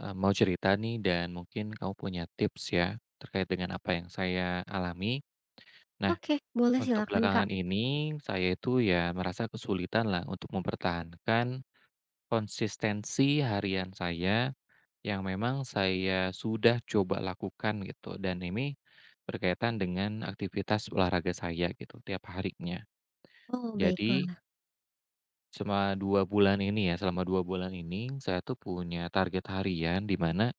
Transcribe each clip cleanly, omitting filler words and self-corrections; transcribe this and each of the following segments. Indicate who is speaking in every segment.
Speaker 1: Mau cerita nih, dan mungkin kamu punya tips ya, terkait dengan apa yang saya alami. Nah,
Speaker 2: Oke, boleh
Speaker 1: untuk
Speaker 2: silakan, Kak.
Speaker 1: belakangan ini saya itu ya merasa kesulitan lah untuk mempertahankan konsistensi harian saya yang memang saya sudah coba lakukan gitu, dan ini berkaitan dengan aktivitas olahraga saya gitu tiap harinya.
Speaker 2: Oh,
Speaker 1: Jadi
Speaker 2: baiklah.
Speaker 1: selama 2 bulan ini ya, selama 2 bulan ini saya tuh punya target harian di mana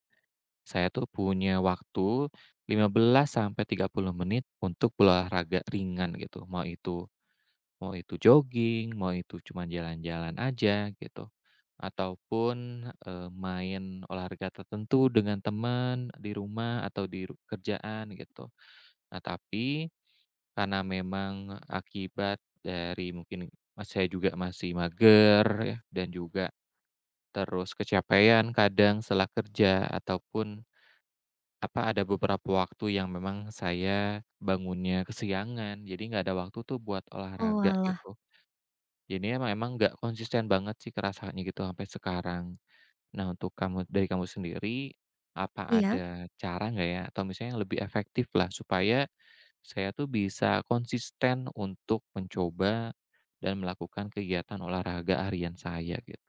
Speaker 1: saya tuh punya waktu 15 sampai 30 menit untuk berolahraga ringan gitu. Mau itu jogging, mau itu cuma jalan-jalan aja gitu, ataupun, main olahraga tertentu dengan teman di rumah atau di kerjaan gitu. Nah, tapi karena memang akibat dari mungkin Mas, saya juga masih mager ya, dan juga terus kecapean kadang setelah kerja ataupun apa, ada beberapa waktu yang memang saya bangunnya kesiangan, jadi nggak ada waktu tuh buat olahraga
Speaker 2: Oalah,
Speaker 1: gitu. Jadi emang emang nggak konsisten banget sih kerasanya gitu sampai sekarang. Nah, untuk kamu, dari kamu sendiri, apa
Speaker 2: iya?
Speaker 1: ada cara nggak ya atau misalnya yang lebih efektif lah supaya saya tuh bisa konsisten untuk mencoba dan melakukan kegiatan olahraga harian saya gitu?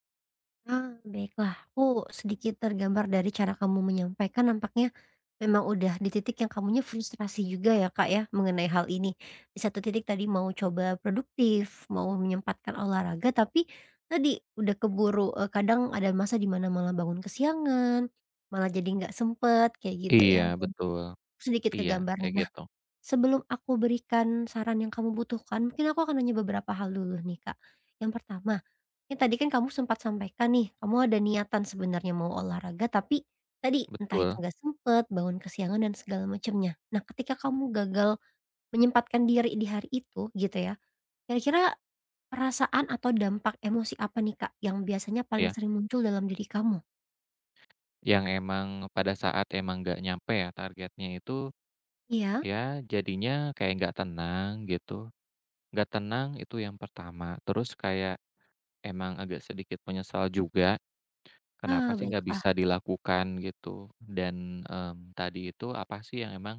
Speaker 2: Ah, baiklah. Aku sedikit tergambar dari cara kamu menyampaikan nampaknya memang udah di titik yang kamunya frustrasi juga ya, Kak, ya, mengenai hal ini. Di satu titik tadi mau coba produktif, mau menyempatkan olahraga, tapi tadi udah keburu, kadang ada masa di mana malah bangun kesiangan, malah jadi nggak sempet, kayak gitu
Speaker 1: Iya,
Speaker 2: ya, dan
Speaker 1: betul,
Speaker 2: sedikit
Speaker 1: iya
Speaker 2: kegambar
Speaker 1: kayak
Speaker 2: nih. Nah
Speaker 1: gitu,
Speaker 2: Sebelum aku berikan saran yang kamu butuhkan, mungkin aku akan nanya beberapa hal dulu nih, Kak. Yang pertama, ini tadi kan kamu sempat sampaikan nih, kamu ada niatan sebenarnya mau olahraga tapi tadi entah itu
Speaker 1: betul,
Speaker 2: nggak sempet, bangun kesiangan dan segala macamnya. Nah, ketika kamu gagal menyempatkan diri di hari itu gitu ya, kira-kira perasaan atau dampak emosi apa nih, Kak, yang biasanya paling
Speaker 1: iya.
Speaker 2: sering muncul dalam diri kamu?
Speaker 1: Yang emang pada saat emang nggak nyampe ya targetnya itu,
Speaker 2: Iya?
Speaker 1: ya jadinya kayak nggak tenang gitu, nggak tenang itu yang pertama, terus kayak emang agak sedikit menyesal juga, kenapa
Speaker 2: Ah,
Speaker 1: sih nggak
Speaker 2: baiklah.
Speaker 1: bisa dilakukan gitu, dan tadi itu apa sih yang emang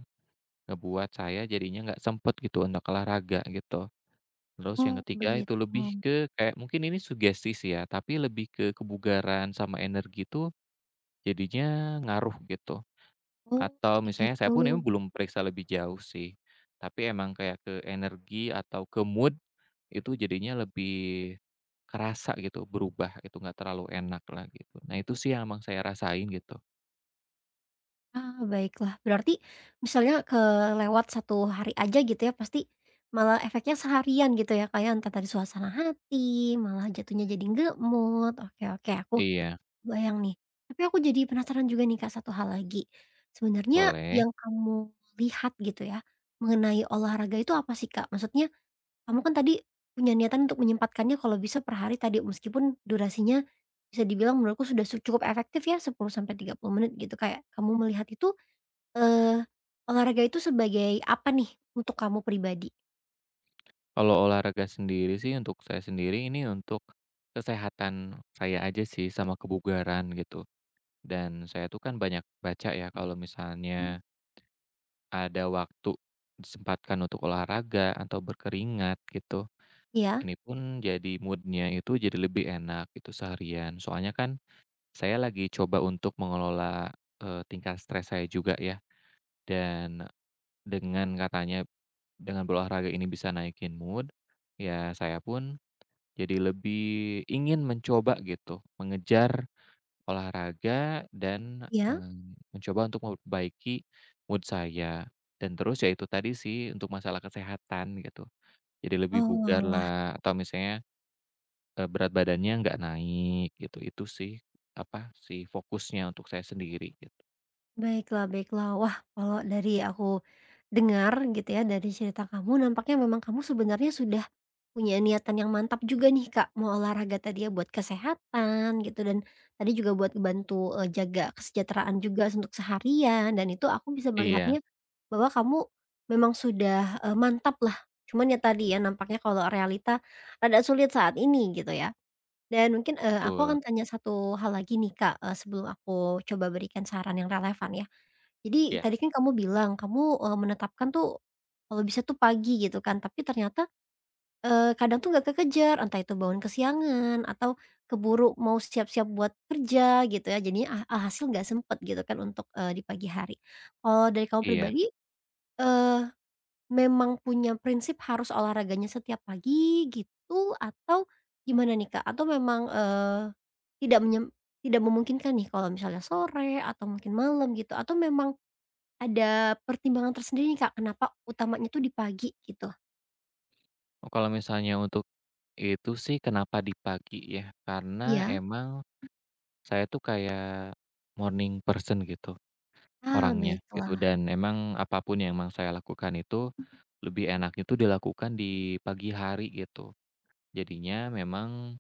Speaker 1: ngebuat saya jadinya nggak sempet gitu untuk olahraga gitu. Terus
Speaker 2: Oh,
Speaker 1: yang ketiga
Speaker 2: begitu.
Speaker 1: itu lebih ke kayak mungkin ini sugesti sih ya, tapi lebih ke kebugaran sama energi tuh jadinya ngaruh gitu.
Speaker 2: Oh,
Speaker 1: Atau misalnya saya pun emang
Speaker 2: begitu.
Speaker 1: belum periksa lebih jauh sih, tapi emang kayak ke energi atau ke mood itu jadinya lebih kerasa gitu, berubah itu nggak terlalu enak lah gitu. Nah, itu sih yang emang saya rasain gitu.
Speaker 2: Ah, baiklah. Berarti misalnya kelewat satu hari aja gitu ya, pasti malah efeknya seharian gitu ya, kayak ya? Entah dari suasana hati, malah jatuhnya jadi nggak mood. Oke, oke, aku
Speaker 1: Iya,
Speaker 2: bayang nih. Tapi aku jadi penasaran juga nih, Kak, satu hal lagi. Sebenarnya
Speaker 1: boleh.
Speaker 2: yang kamu lihat gitu ya, mengenai olahraga itu apa sih, Kak? Maksudnya kamu kan tadi punya niatan untuk menyempatkannya kalau bisa per hari tadi, meskipun durasinya bisa dibilang menurutku sudah cukup efektif ya, 10 sampai 30 menit gitu. Kayak kamu melihat itu, Eee, olahraga itu sebagai apa nih untuk kamu pribadi?
Speaker 1: Kalau olahraga sendiri sih untuk saya sendiri ini untuk kesehatan saya aja sih, sama kebugaran gitu. Dan saya tuh kan banyak baca ya kalau misalnya ada waktu disempatkan untuk olahraga atau berkeringat gitu.
Speaker 2: Iya,
Speaker 1: Ini pun jadi moodnya itu jadi lebih enak itu seharian. Soalnya kan saya lagi coba untuk mengelola, tingkat stres saya juga ya, dan dengan katanya dengan berolahraga ini bisa naikin mood, ya saya pun jadi lebih ingin mencoba gitu, mengejar olahraga dan,
Speaker 2: iya.
Speaker 1: mencoba untuk memperbaiki mood saya. Dan terus ya itu tadi sih untuk masalah kesehatan gitu, jadi lebih
Speaker 2: Oh,
Speaker 1: bugar
Speaker 2: oalah.
Speaker 1: lah, atau misalnya berat badannya nggak naik gitu, itu sih, apa, si fokusnya untuk saya sendiri gitu.
Speaker 2: Baiklah, baiklah. Wah, kalau dari aku dengar gitu ya, dari cerita kamu nampaknya memang kamu sebenarnya sudah punya niatan yang mantap juga nih, Kak, mau olahraga tadi ya buat kesehatan gitu dan tadi juga buat bantu, jaga kesejahteraan juga untuk seharian dan itu aku bisa
Speaker 1: Iya,
Speaker 2: melihatnya bahwa kamu memang sudah, mantap lah. Cuman ya tadi ya nampaknya kalau realita rada sulit saat ini gitu ya. Dan mungkin, aku
Speaker 1: betul.
Speaker 2: akan tanya satu hal lagi nih, Kak, sebelum aku coba berikan saran yang relevan ya. Jadi
Speaker 1: Iya,
Speaker 2: tadi kan kamu bilang kamu, menetapkan tuh kalau bisa tuh pagi gitu kan, tapi ternyata, kadang tuh nggak kekejar, entah itu bangun kesiangan atau keburu mau siap-siap buat kerja gitu ya, jadinya alhasil nggak sempet gitu kan untuk, di pagi hari. Kalau dari kamu
Speaker 1: iya.
Speaker 2: pribadi, memang punya prinsip harus olahraganya setiap pagi gitu atau gimana nih, Kak? Atau memang, tidak menyem tidak memungkinkan nih kalau misalnya sore atau mungkin malam gitu atau memang ada pertimbangan tersendiri nih, Kak, kenapa utamanya tuh di pagi gitu?
Speaker 1: Oh, kalau misalnya untuk itu sih kenapa di pagi ya, karena
Speaker 2: Iya.
Speaker 1: emang saya tuh kayak morning person gitu
Speaker 2: Ah,
Speaker 1: orangnya, gitu,
Speaker 2: baiklah.
Speaker 1: dan emang apapun yang emang saya lakukan itu lebih enaknya tuh dilakukan di pagi hari gitu. Jadinya memang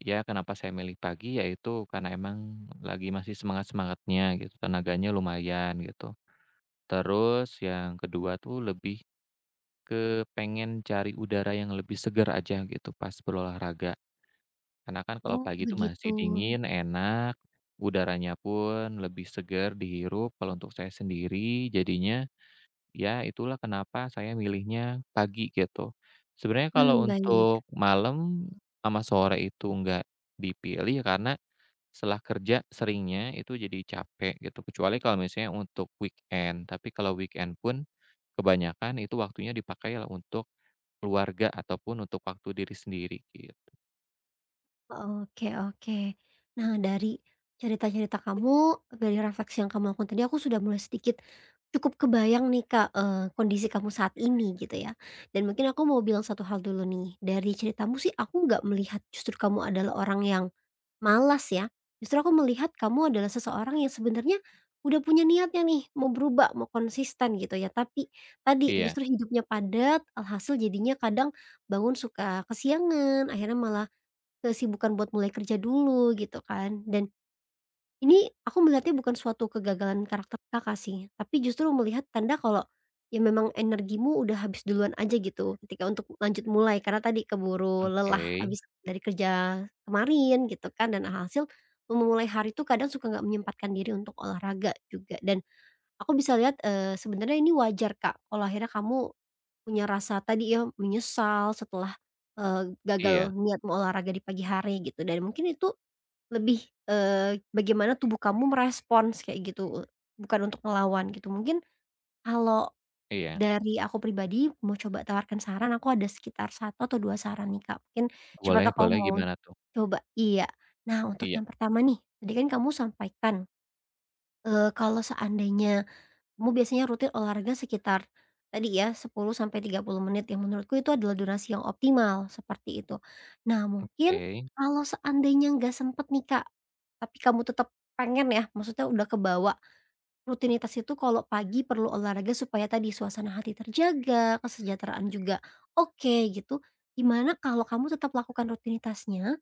Speaker 1: ya kenapa saya milih pagi, yaitu karena emang lagi masih semangat-semangatnya gitu, tenaganya lumayan gitu. Terus yang kedua tuh lebih ke pengen cari udara yang lebih segar aja gitu pas berolahraga. Karena kan kalau
Speaker 2: Oh,
Speaker 1: pagi itu
Speaker 2: begitu.
Speaker 1: masih dingin, enak, udaranya pun lebih segar dihirup kalau untuk saya sendiri, jadinya ya itulah kenapa saya milihnya pagi gitu. Sebenarnya kalau
Speaker 2: Hmm, baik.
Speaker 1: untuk malam sama sore itu nggak dipilih ya karena setelah kerja seringnya itu jadi capek gitu, kecuali kalau misalnya untuk weekend, tapi kalau weekend pun kebanyakan itu waktunya dipakai lah untuk keluarga ataupun untuk waktu diri sendiri git
Speaker 2: Oke, oke. Nah, dari cerita-cerita kamu, dari refleksi yang kamu lakukan tadi aku sudah mulai sedikit cukup kebayang nih, Kak, kondisi kamu saat ini gitu ya. Dan mungkin aku mau bilang satu hal dulu nih, dari ceritamu sih aku nggak melihat justru kamu adalah orang yang malas ya, justru aku melihat kamu adalah seseorang yang sebenarnya udah punya niatnya nih mau berubah, mau konsisten gitu ya. Tapi tadi
Speaker 1: iya,
Speaker 2: justru hidupnya padat, alhasil jadinya kadang bangun suka kesiangan, akhirnya malah kesibukan buat mulai kerja dulu gitu kan dan ini aku melihatnya bukan suatu kegagalan karakter Kakak sih, tapi justru melihat tanda kalau ya memang energimu udah habis duluan aja gitu ketika untuk lanjut mulai karena tadi keburu
Speaker 1: oke,
Speaker 2: lelah habis dari kerja kemarin gitu kan dan hasil memulai hari itu kadang suka nggak menyempatkan diri untuk olahraga juga dan aku bisa lihat, sebenarnya ini wajar Kak kalau akhirnya kamu punya rasa tadi ya, menyesal setelah, gagal
Speaker 1: iya
Speaker 2: niat mau olahraga di pagi hari gitu dan mungkin itu lebih, bagaimana tubuh kamu merespons kayak gitu, bukan untuk melawan gitu. Mungkin kalau
Speaker 1: iya,
Speaker 2: dari aku pribadi mau coba tawarkan saran, aku ada sekitar satu atau 2 saran nih, Kak. Mungkin siapa
Speaker 1: boleh
Speaker 2: tahu kamu
Speaker 1: boleh
Speaker 2: mau
Speaker 1: gimana tuh?
Speaker 2: coba iya. Nah, untuk
Speaker 1: Iya,
Speaker 2: yang pertama nih, tadi kan kamu sampaikan, kalau seandainya kamu biasanya rutin olahraga sekitar tadi ya 10 sampai 30 menit yang menurutku itu adalah durasi yang optimal, seperti itu. Nah mungkin
Speaker 1: oke,
Speaker 2: kalau seandainya nggak sempet nih, Kak, tapi kamu tetap pengen ya, maksudnya udah kebawa rutinitas itu kalau pagi perlu olahraga supaya tadi suasana hati terjaga, kesejahteraan juga oke gitu, gimana kalau kamu tetap lakukan rutinitasnya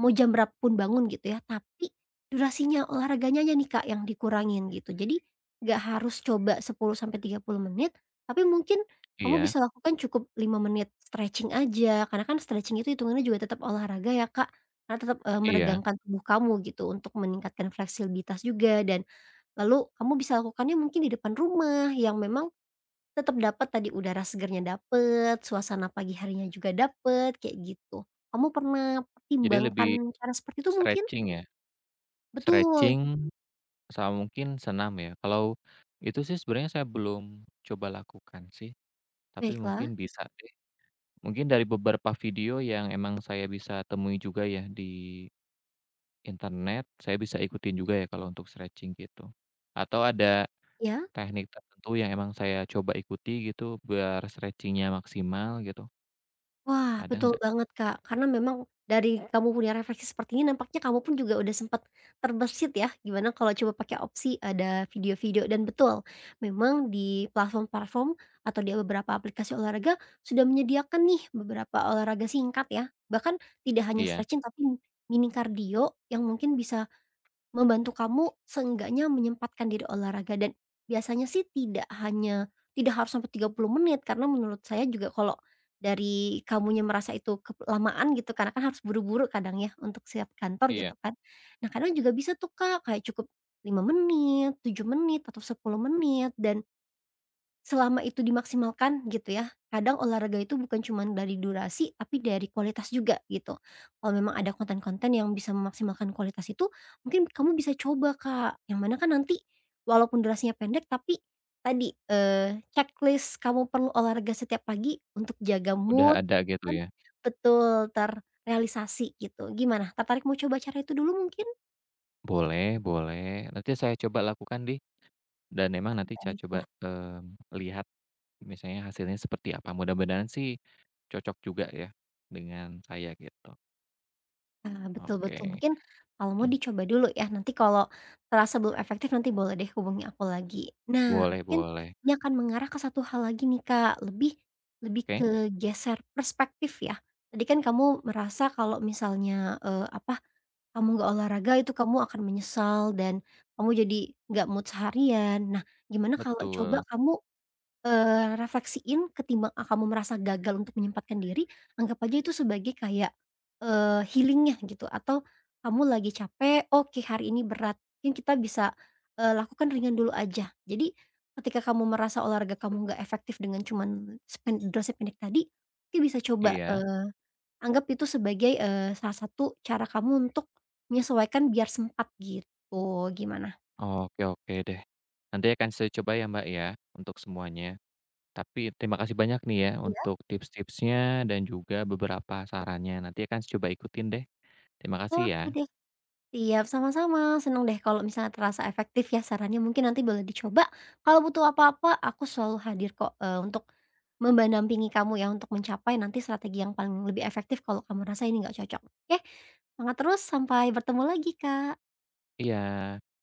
Speaker 2: mau jam berapa pun bangun gitu ya, tapi durasinya olahraganya aja nih, Kak, yang dikurangin gitu. Jadi nggak harus coba 10 sampai 30 menit, tapi mungkin kamu
Speaker 1: iya
Speaker 2: bisa lakukan cukup 5 menit stretching aja, karena kan stretching itu hitungannya juga tetap olahraga ya, Kak, karena tetap,
Speaker 1: iya,
Speaker 2: meregangkan tubuh kamu gitu untuk meningkatkan fleksibilitas juga dan lalu kamu bisa lakukannya mungkin di depan rumah yang memang tetap dapat tadi, udara segernya dapet, suasana pagi harinya juga dapet, kayak gitu. Kamu pernah
Speaker 1: jadi
Speaker 2: pertimbangkan
Speaker 1: lebih
Speaker 2: cara seperti itu mungkin?
Speaker 1: stretching ya?
Speaker 2: Betul,
Speaker 1: Stretching sama mungkin senam ya? Kalau itu sih sebenarnya saya belum coba lakukan sih, tapi
Speaker 2: baiklah,
Speaker 1: mungkin bisa deh. Mungkin dari beberapa video yang emang saya bisa temui juga ya di internet, saya bisa ikutin juga ya kalau untuk stretching gitu. Atau ada
Speaker 2: iya?
Speaker 1: teknik tertentu yang emang saya coba ikuti gitu biar stretchingnya maksimal gitu,
Speaker 2: Wah,
Speaker 1: ada
Speaker 2: betul
Speaker 1: nggak?
Speaker 2: banget, Kak. Karena memang dari kamu punya refleksi seperti ini nampaknya kamu pun juga udah sempat terbesit ya, gimana kalau coba pakai opsi ada video-video dan betul, memang di platform-platform atau di beberapa aplikasi olahraga sudah menyediakan nih beberapa olahraga singkat ya. Bahkan tidak hanya
Speaker 1: Iya
Speaker 2: stretching tapi mini cardio yang mungkin bisa membantu kamu seenggaknya menyempatkan diri olahraga dan biasanya sih tidak hanya tidak harus sampai 30 menit karena menurut saya juga kalau dari kamunya merasa itu kelamaan gitu karena kan harus buru-buru kadang ya untuk siap kantor gitu
Speaker 1: iya,
Speaker 2: kan. Nah kadang juga bisa tuh Kak kayak cukup 5 menit, 7 menit atau 10 menit dan selama itu dimaksimalkan gitu ya, kadang olahraga itu bukan cuma dari durasi, tapi dari kualitas juga gitu. Kalau memang ada konten-konten yang bisa memaksimalkan kualitas itu, mungkin kamu bisa coba Kak, yang mana kan nanti walaupun durasinya pendek tapi tadi, checklist kamu perlu olahraga setiap pagi untuk jaga
Speaker 1: udah
Speaker 2: mood
Speaker 1: ada
Speaker 2: itu
Speaker 1: gitu
Speaker 2: kan
Speaker 1: ya?
Speaker 2: betul, terrealisasi gitu. Gimana tertarik mau coba cara itu dulu mungkin?
Speaker 1: Boleh boleh, nanti saya coba lakukan di, dan memang nanti saya coba,
Speaker 2: Baiklah.
Speaker 1: lihat misalnya hasilnya seperti apa, mudah-mudahan sih cocok juga ya dengan saya gitu.
Speaker 2: Ah, betul, betul.
Speaker 1: Oke,
Speaker 2: Mungkin kalau mau
Speaker 1: mmm,
Speaker 2: dicoba dulu ya, nanti kalau terasa belum efektif nanti boleh deh hubungi aku lagi. Nah,
Speaker 1: boleh
Speaker 2: mungkin
Speaker 1: boleh.
Speaker 2: ini akan mengarah ke satu hal lagi nih Kak, lebih lebih ke
Speaker 1: Oke,
Speaker 2: geser perspektif ya. Tadi kan kamu merasa kalau misalnya, apa, kamu nggak olahraga itu kamu akan menyesal dan kamu jadi nggak mood seharian. Nah, gimana kalau coba
Speaker 1: betul.
Speaker 2: kamu refleksiin ketimbang, ah, kamu merasa gagal untuk menyempatkan diri, anggap aja itu sebagai kayak, healing ya gitu atau kamu lagi capek, "Oke hari ini berat," mungkin kita bisa, lakukan ringan dulu aja. Jadi ketika kamu merasa olahraga kamu nggak efektif dengan cuman durasi pendek tadi, mungkin bisa coba,
Speaker 1: Iya.
Speaker 2: anggap itu sebagai, salah satu cara kamu untuk menyesuaikan biar sempat gitu, gimana?
Speaker 1: Oke oke deh. Nanti akan saya coba ya, Mbak, ya, untuk semuanya. Tapi terima kasih banyak nih ya
Speaker 2: Iya?
Speaker 1: untuk tips-tipsnya dan juga beberapa sarannya. Nanti akan saya coba ikutin deh. Terima kasih ya.
Speaker 2: Oke deh. Siap, sama-sama. Seneng deh kalau misalnya terasa efektif ya sarannya. Mungkin nanti boleh dicoba. Kalau butuh apa-apa, aku selalu hadir kok, eh, untuk mendampingi kamu ya untuk mencapai nanti strategi yang paling lebih efektif kalau kamu rasa ini nggak cocok. Oke, semangat terus. Sampai bertemu lagi, Kak.
Speaker 1: Iya.